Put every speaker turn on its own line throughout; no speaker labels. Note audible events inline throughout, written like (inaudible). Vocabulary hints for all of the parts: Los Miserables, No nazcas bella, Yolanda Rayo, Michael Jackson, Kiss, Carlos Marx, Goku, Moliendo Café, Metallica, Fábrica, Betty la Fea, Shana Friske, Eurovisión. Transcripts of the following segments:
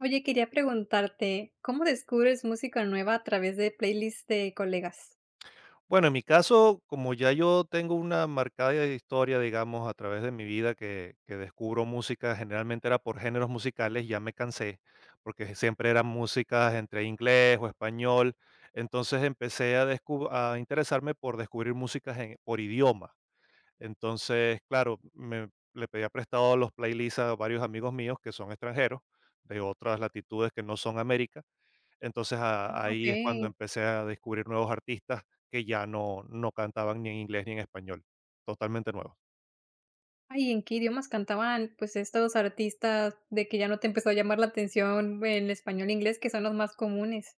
Oye, quería preguntarte, ¿cómo descubres música nueva a través de playlists de colegas?
Bueno, en mi caso, como ya yo tengo una marcada historia, digamos, a través de mi vida que descubro música, generalmente era por géneros musicales, ya me cansé, porque siempre eran músicas entre inglés o español, entonces empecé a interesarme por descubrir músicas por idioma. Entonces, claro, le pedía prestado los playlists a varios amigos míos que son extranjeros, de otras latitudes que no son América, entonces, a ahí es cuando
Okey.
empecé a descubrir nuevos artistas que ya no cantaban ni en inglés ni en español, totalmente nuevos.
Ay, ¿en qué idiomas cantaban, pues, estos artistas de que ya no te empezó a llamar la atención en español e inglés, que son los más comunes?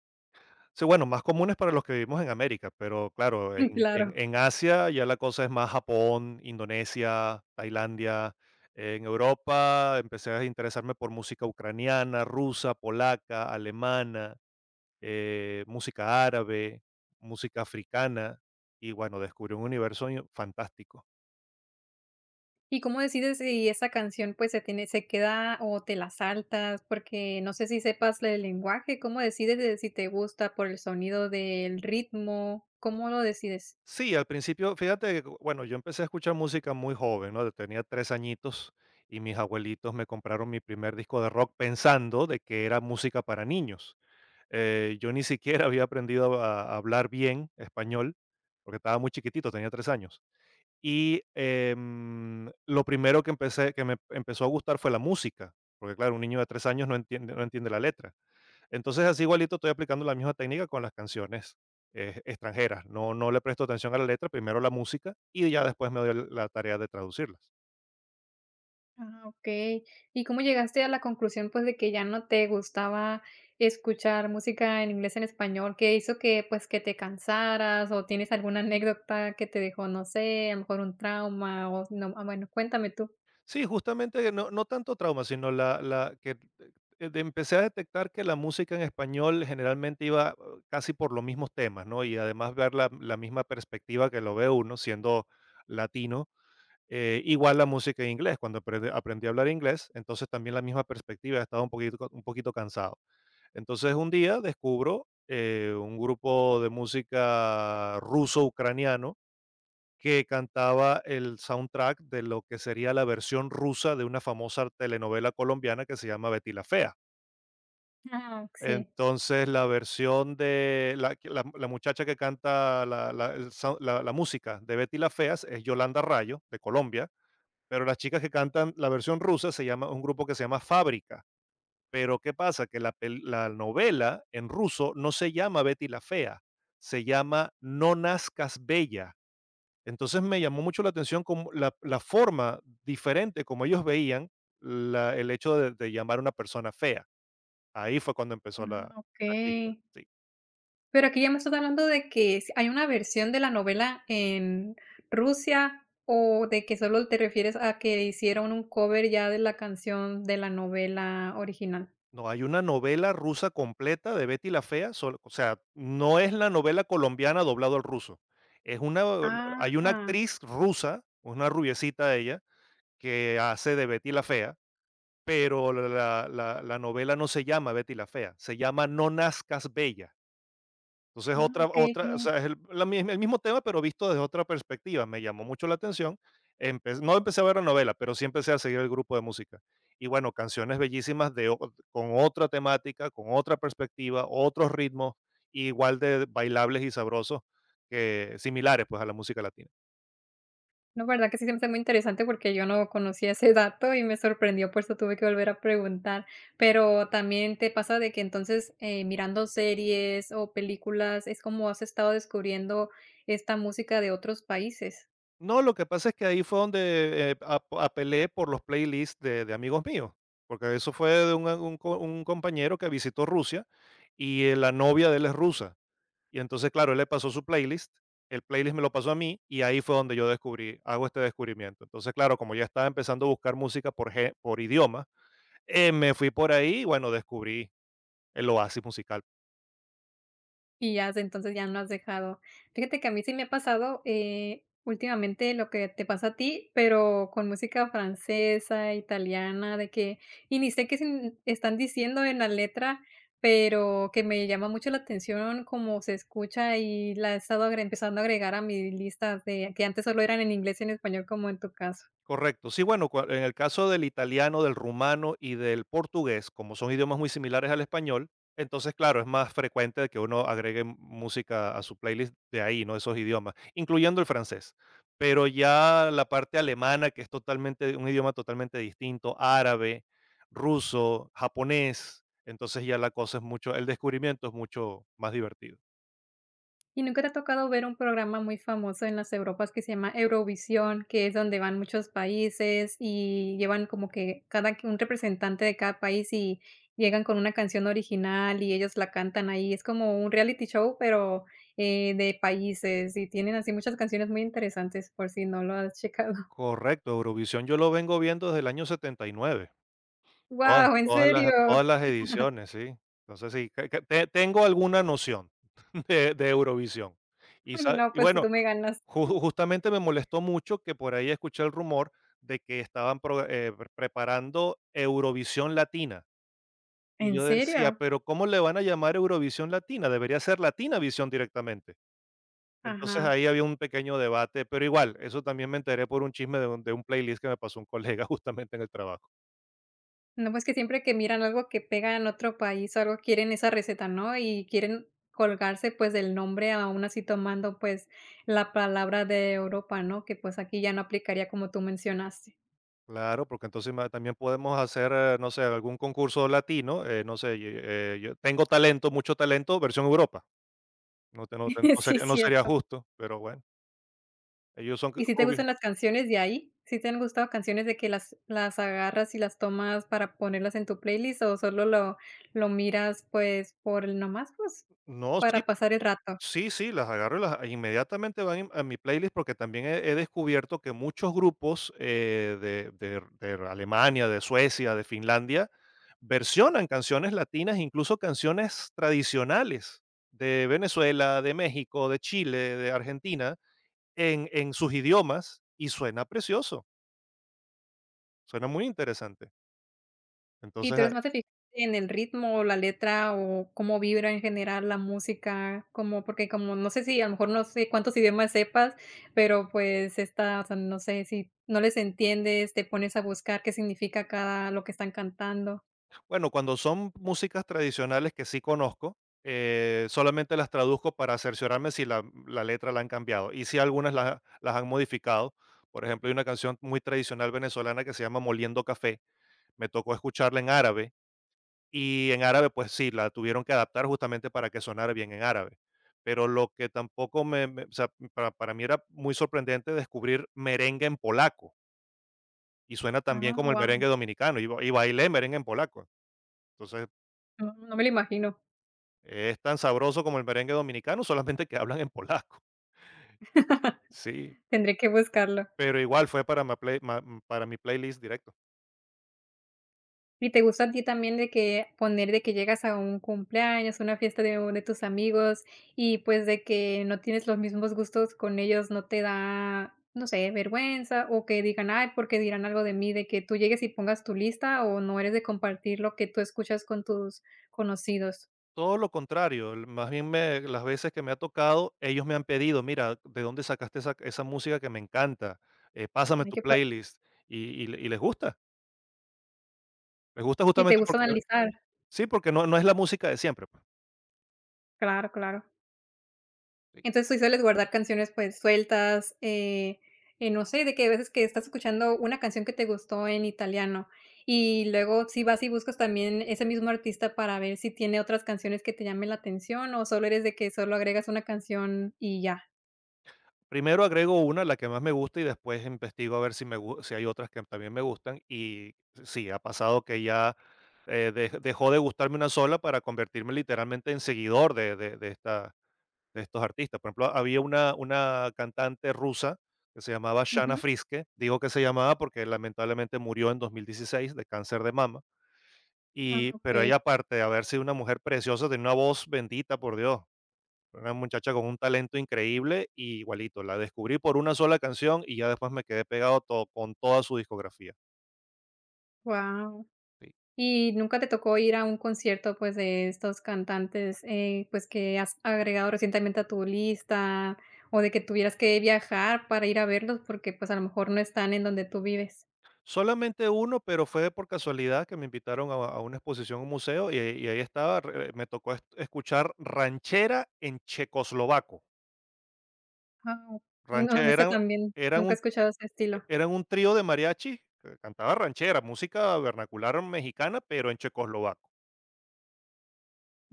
Sí, bueno, más comunes para los que vivimos en América, pero claro,
(laughs)
en
Claro.
en en Asia ya la cosa es más Japón, Indonesia, Tailandia. En Europa empecé a interesarme por música ucraniana, rusa, polaca, alemana, música árabe, música africana y bueno, descubrí un universo fantástico.
¿Y cómo decides si esa canción, pues, se queda o te la saltas? Porque no sé si sepas el lenguaje, ¿cómo decides de si te gusta por el sonido del ritmo? ¿Cómo lo decides?
Sí, al principio, fíjate que, bueno, yo empecé a escuchar música muy joven, ¿no? Tenía 3 añitos y mis abuelitos me compraron mi primer disco de rock pensando de que era música para niños. Yo ni siquiera (laughs) había aprendido a hablar bien español porque estaba muy chiquitito, tenía 3 años. Y lo primero que que me empezó a gustar fue la música, porque claro, un niño de 3 años no entiende, no entiende la letra. Entonces, así igualito estoy aplicando la misma técnica con las canciones extranjeras. No, no le presto atención a la letra, primero la música y ya después me doy la tarea de traducirlas.
Ah, okey. ¿Y cómo llegaste a la conclusión, pues, de que ya no te gustaba escuchar música en inglés, en español? ¿Qué hizo que, pues, que te cansaras, o tienes alguna anécdota que te dejó, no sé, a lo mejor un trauma, o no? Ah, bueno, cuéntame tú.
Sí, justamente no tanto trauma, sino la que empecé a detectar que la música en español generalmente iba casi por los mismos temas, ¿no? Y además ver la misma perspectiva que lo ve uno siendo latino. Igual la música en inglés, cuando aprendí a hablar inglés, entonces también la misma perspectiva, estaba un poquito cansado. Entonces un día descubro un grupo de música ruso-ucraniano que cantaba el soundtrack de lo que sería la versión rusa de una famosa telenovela colombiana que se llama Betty la Fea.
Ah, sí.
Entonces la versión de la muchacha que canta la música de Betty la Fea es Yolanda Rayo de Colombia, pero las chicas que cantan la versión rusa se llama un grupo que se llama Fábrica. Pero, ¿qué pasa? Que la novela en ruso no se llama Betty la Fea, se llama No Nazcas Bella. Entonces, me llamó mucho la atención como la forma diferente como ellos veían la el hecho de llamar a una persona fea. Ahí fue cuando empezó
Ah,
la chispa,
okey.
sí.
Pero aquí ya me estás hablando de que s hay una versión de la novela en Rusia, o de que solo te refieres a que hicieron un cover ya de la canción de la novela original.
No, hay una novela rusa completa de Betty la Fea, solo, o sea, no es la novela colombiana doblado al ruso. Es una Hay una
Ah.
actriz rusa, una rubiecita ella, que hace de Betty la Fea. Pero la novela no se llama Betty la Fea, se llama No Nazcas Bella. Entonces,
Ah, okey,
otra,
okey.
o sea, es el la misma el mismo tema, pero visto desde otra perspectiva. Me llamó mucho la atención. Empe no empecé a ver la novela, pero sí empecé a seguir el grupo de música. Y bueno, canciones bellísimas de o con otra temática, con otra perspectiva, otros ritmos, igual de bailables y sabrosos, que similares, pues, a la música latina.
No, verdad que sí se me hace muy interesante porque yo no conocía ese dato y me sorprendió, por eso tuve que volver a preguntar. Pero, ¿también te pasa de que entonces, mirando series o películas es como has estado descubriendo esta música de otros países?
No, lo que pasa es que ahí fue donde, ap apelé por los playlists de amigos míos, porque eso fue de un compañero que visitó Rusia y, la novia de él es rusa. Y entonces, claro, él le pasó su playlist, el playlist me lo pasó a mí y ahí fue donde yo descubrí hago este descubrimiento. Entonces, claro, como ya estaba empezando a buscar música por idioma, me fui por ahí y bueno, descubrí el oasis musical.
Y ya desde entonces ya no has dejado. Fíjate que a mí sí me ha pasado, últimamente lo que te pasa a ti, pero con música francesa, italiana, de que y ni sé qué sin están diciendo en la letra, pero que me llama mucho la atención cómo se escucha y la he estado agre empezando a agregar a mi lista de que antes solo eran en inglés y en español, como en tu caso.
Correcto. Sí, bueno, en el caso del italiano, del rumano y del portugués, como son idiomas muy similares al español, entonces, claro, es más frecuente que uno agregue música a su playlist de ahí, ¿no? Esos idiomas, incluyendo el francés. Pero ya la parte alemana, que es totalmente, un idioma totalmente distinto, árabe, ruso, japonés, entonces ya la cosa es mucho, el descubrimiento es mucho más divertido.
¿Y nunca te ha tocado ver un programa muy famoso en las Europas que se llama Eurovisión, que es donde van muchos países y llevan como que cada que un representante de cada país y llegan con una canción original y ellos la cantan ahí? Es como un reality show, pero, de países y tienen así muchas canciones muy interesantes, por si no lo has checado. (laughs)
Correcto, Eurovisión yo lo vengo viendo desde el año 79.
¡Guau! ¿En serio?
Todas las
(laughs)
ediciones, sí. Entonces sí, que te tengo alguna noción (laughs) de Eurovisión.
No,
Y
pues si
bueno,
tú me ganas.
ju justamente me molestó mucho que por ahí escuché el rumor de que estaban pro pre preparando Eurovisión Latina. Y
¿En
yo decía:
serio?
"Pero, ¿cómo le van a llamar Eurovisión Latina? Debería ser Latinavisión directamente". Entonces
Ajá.
ahí había un pequeño debate, pero igual, eso también me enteré por un chisme de un playlist que me pasó un colega (laughs) justamente en el trabajo.
No, pues que siempre que miran algo que pega en otro país o algo, quieren esa receta, ¿no? Y quieren colgarse, pues, del nombre, aún así tomando, pues, la palabra de Europa, ¿no? Que, pues, aquí ya no aplicaría como tú mencionaste.
Claro, porque entonces también podemos hacer, no sé, algún concurso latino, no sé, y, yo tengo talento, mucho talento, versión Europa. No,
(laughs) Sí,
no sería
cierto.
justo, pero bueno, ellos son
¿Y si te
rubios.
gustan las canciones de ahí? Si te han gustado canciones de que las agarras y las tomas para ponerlas en tu playlist o solo lo miras, pues, por el nomás, pues,
No, sí,
para pasar el rato?
sí, sí, las agarro y las inmediatamente van a mi playlist porque también he descubierto que muchos grupos de Alemania, de Suecia, de Finlandia, versionan canciones latinas, incluso canciones tradicionales de Venezuela, de México, de Chile, de Argentina en sus idiomas y suena precioso, suena muy interesante.
¿Y
Entonces,
tú eres más de fijarte en el ritmo, o la letra, o cómo vibra en general la música? Como porque como no sé si a lo mejor no sé cuántos idiomas sepas, pero pues esta, o sea, no sé si no les entiendes, te pones a buscar qué significa cada lo que están cantando.
bueno, cuando son músicas tradicionales que sí conozco, solamente las traduzco para cerciorarme si la letra la han cambiado, y si algunas las han modificado. Por ejemplo, hay una canción muy tradicional venezolana que se llama Moliendo Café, me tocó escucharla en árabe, y en árabe, pues sí, la tuvieron que adaptar justamente para que sonara bien en árabe. Pero lo que tampoco me, o sea, para mí era muy sorprendente descubrir merengue en polaco. Y suena tan bien
Ah,
como el
guau,
merengue dominicano, y bailé merengue en polaco. Entonces,
no, no me lo imagino.
es tan sabroso como el merengue dominicano, solamente que hablan en polaco. (laughs)
(laughs)
Sí,
Tendré que buscarlo.
pero igual fue para ma play ma m- para mi playlist directo.
¿Y te gusta a ti también de que poner de que llegas a un cumpleaños, una fiesta de un de tus amigos y, pues, de que no tienes los mismos gustos con ellos, no te da, no sé, vergüenza o que digan: "Ay, porque dirán algo de mí", de que tú llegues y pongas tu lista o no eres de compartir lo que tú escuchas con tus conocidos?
Todo lo contrario, el más bien me, las veces que me ha tocado, ellos me han pedido: "Mira, ¿de dónde sacaste esa música que me encanta? Pásame
Hay
tu
que pa
playlist", y les gusta. Les gusta
¿Y te
justamente
gusta
porque
analizar?
sí, porque no es la música de siempre, pues.
Claro, claro. Entonces, tú sueles guardar canciones, pues, sueltas, no sé, de que a veces que estás escuchando una canción que te gustó en italiano, y luego si vas y buscas también ese mismo artista para ver si tiene otras canciones que te llamen la atención, o solo eres de que solo agregas una canción y ya.
Primero agrego una, la que más me gusta, y después investigo a ver si si hay otras que también me gustan. Y sí, ha pasado que ya dejó de gustarme una sola para convertirme literalmente en seguidor de estos artistas. Por ejemplo, había una cantante rusa que se llamaba Shana
Ujú.
Friske. Digo que se llamaba porque lamentablemente murió en 2016 de cáncer de mama.
Ah,
Y, pero
okey,
ella, aparte de haber sido una mujer preciosa, tenía una voz bendita, por Dios. Una muchacha con un talento increíble y igualito, la descubrí por una sola canción y ya después me quedé pegado to con toda su discografía.
guau.
Sí.
¿Y nunca te tocó ir a un concierto, pues, de estos cantantes, pues, que has agregado recientemente a tu lista, o de que tuvieras que viajar para ir a verlos porque, pues, a lo mejor no están en donde tú vives?
Solamente uno, pero fue por casualidad que me invitaron a una exposición a un museo y ahí estaba, re me tocó es escuchar ranchera en checoslovaco.
Ah, no, en
Ranchera
ese también,
eran
nunca he
un
escuchado ese estilo.
eran un trío de mariachi que cantaba ranchera, música vernacular mexicana, pero en checoslovaco.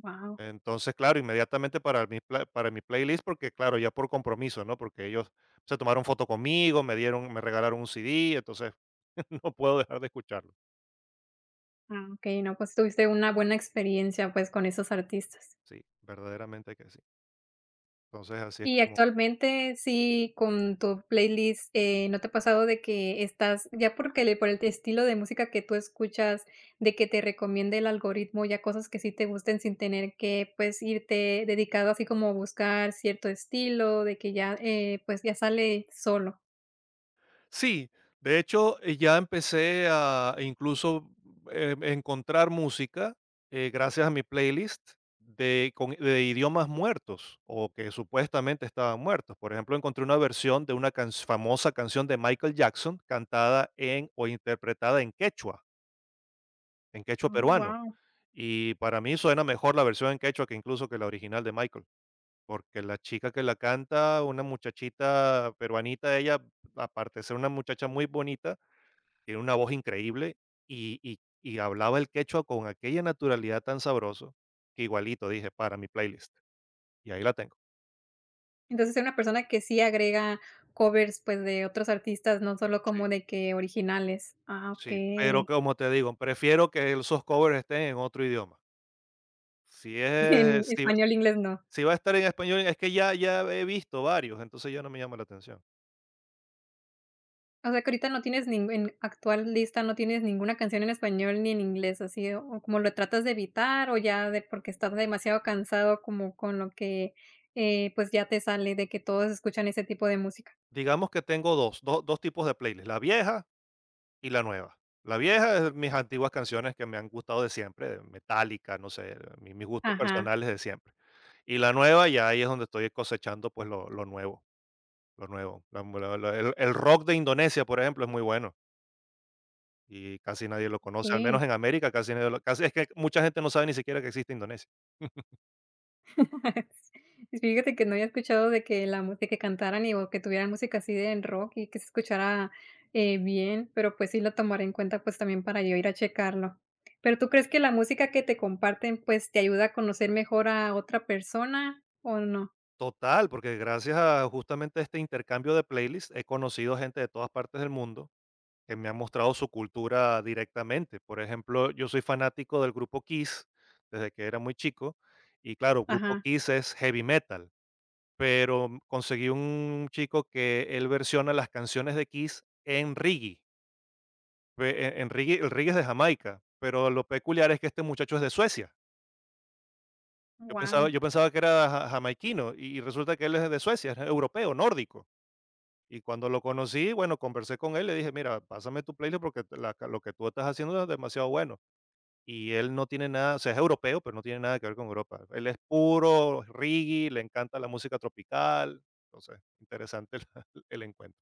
Wow.
Entonces, claro, inmediatamente para mi playlist, porque claro, ya por compromiso, ¿no? Porque ellos se tomaron foto conmigo, me regalaron un CD, entonces (laughs) no puedo dejar de escucharlo.
Ah, okey, no, pues, tuviste una buena experiencia, pues, con esos artistas.
Sí, verdaderamente que sí. Entonces, así es
Y
como...
actualmente sí, con tu playlist, ¿no te ha pasado de que estás ya porque le por el estilo de música que tú escuchas, de que te recomiende el algoritmo ya cosas que sí te gusten sin tener que, pues, irte dedicado así como a buscar cierto estilo, de que ya, pues, ya sale solo?
Sí, de hecho, ya empecé a incluso encontrar música gracias a mi playlist de idiomas muertos o que supuestamente estaban muertos. Por ejemplo, encontré una versión de una famosa canción de Michael Jackson cantada en o interpretada en quechua
Oh,
peruano.
guau.
Y para mí suena mejor la versión en quechua que incluso que la original de Michael, porque la chica que la canta, una muchachita peruanita, ella, aparte de ser una muchacha muy bonita, tiene una voz increíble y y y hablaba el quechua con aquella naturalidad tan sabroso, que igualito dije: "Para mi playlist", y ahí la tengo.
Entonces, eres una persona que sí agrega covers, pues, de otros artistas, no solo
Sí.
como de que originales. Ah,
Sí, pero
okey.
como te digo, prefiero que esos covers estén en otro idioma. Si
(laughs) En
es si
español, inglés no.
si va a estar en español, es que ya he visto varios, entonces ya no me llama la atención.
O sea, que ahorita no tienes ningún en actual lista, no tienes ninguna canción en español ni en inglés, así, o como lo tratas de evitar, o ya de porque estás demasiado cansado como con lo que, pues, ya te sale de que todos escuchan ese tipo de música.
Digamos que tengo 2 tipos de playlist, la vieja y la nueva. La vieja es mis antiguas canciones que me han gustado de siempre, de Metallica, no sé, mi mis gustos
Ajá,
personales de siempre. Y la nueva, ya ahí es donde estoy cosechando, pues, lo nuevo, lo nuevo. La la la el rock de Indonesia, por ejemplo, es muy bueno, y casi nadie lo conoce, al
okey.
menos en América, casi nadie lo casi es que mucha gente no sabe ni siquiera que existe Indonesia. (laughs)
(laughs) Fíjate que no había escuchado de que la mu de que cantaran y o que tuvieran música así de en rock y que se escuchara, bien, pero, pues, sí lo tomaré en cuenta, pues, también para yo ir a checarlo. Pero, ¿tú crees que la música que te comparten, pues, te ayuda a conocer mejor a otra persona o no?
Total, porque gracias a justamente este intercambio de playlists he conocido gente de todas partes del mundo que me ha mostrado su cultura directamente. Por ejemplo, yo soy fanático del grupo Kiss desde que era muy chico, y claro, grupo
Ajá,
Kiss es heavy metal. Pero conseguí un chico que él versiona las canciones de Kiss en reggae. El reggae es de Jamaica, pero lo peculiar es que este muchacho es de Suecia.
wow.
Yo pensaba que era jamaiquino y resulta que él es de Suecia, es europeo, nórdico. Y cuando lo conocí, bueno, conversé con él, le dije, mira, pásame tu playlist porque lo que tú estás haciendo es demasiado bueno. Y él no tiene nada, o sea, es europeo, pero no tiene nada que ver con Europa. Él es puro reggae, le encanta la música tropical. Entonces, interesante el (laughs) el encuentro.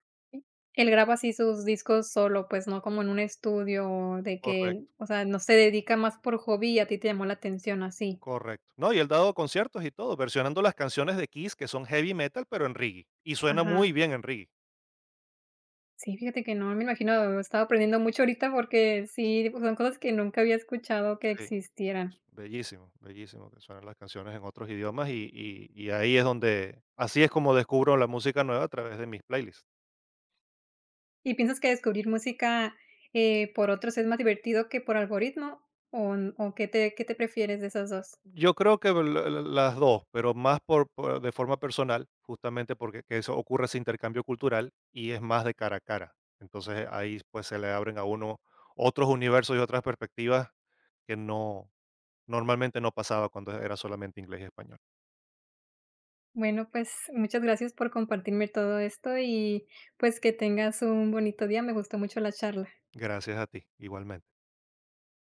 Él graba así sus discos solo, pues, no como en un estudio de que, él-
Correcto,
o sea, no se dedica más por hobby y a ti te llamó la atención así.
correcto. No, y él dado conciertos y todo, versionando las canciones de Kiss, que son heavy metal, pero en reggae, y suena
Ajá.
muy bien en reggae.
Sí, fíjate que no, me imagino, estaba aprendiendo mucho ahorita porque sí, pues, son cosas que nunca había escuchado que
Sí,
existieran.
bellísimo, bellísimo que suenan las canciones en otros idiomas y ahí es donde así es como descubro la música nueva a través de mis playlists.
¿Y piensas que descubrir música, por otros es más divertido que por algoritmo o n o qué te prefieres de esas dos.
Yo creo que la la las dos, pero más por de forma personal, justamente porque que eso ocurre ese intercambio cultural y es más de cara a cara. Entonces, ahí, pues, se le abren a uno otros universos y otras perspectivas que no normalmente no pasaba cuando era solamente inglés y español.
Bueno, pues, muchas gracias por compartirme todo esto y, pues, que tengas un bonito día. Me gustó mucho la charla.
Gracias a ti, igualmente.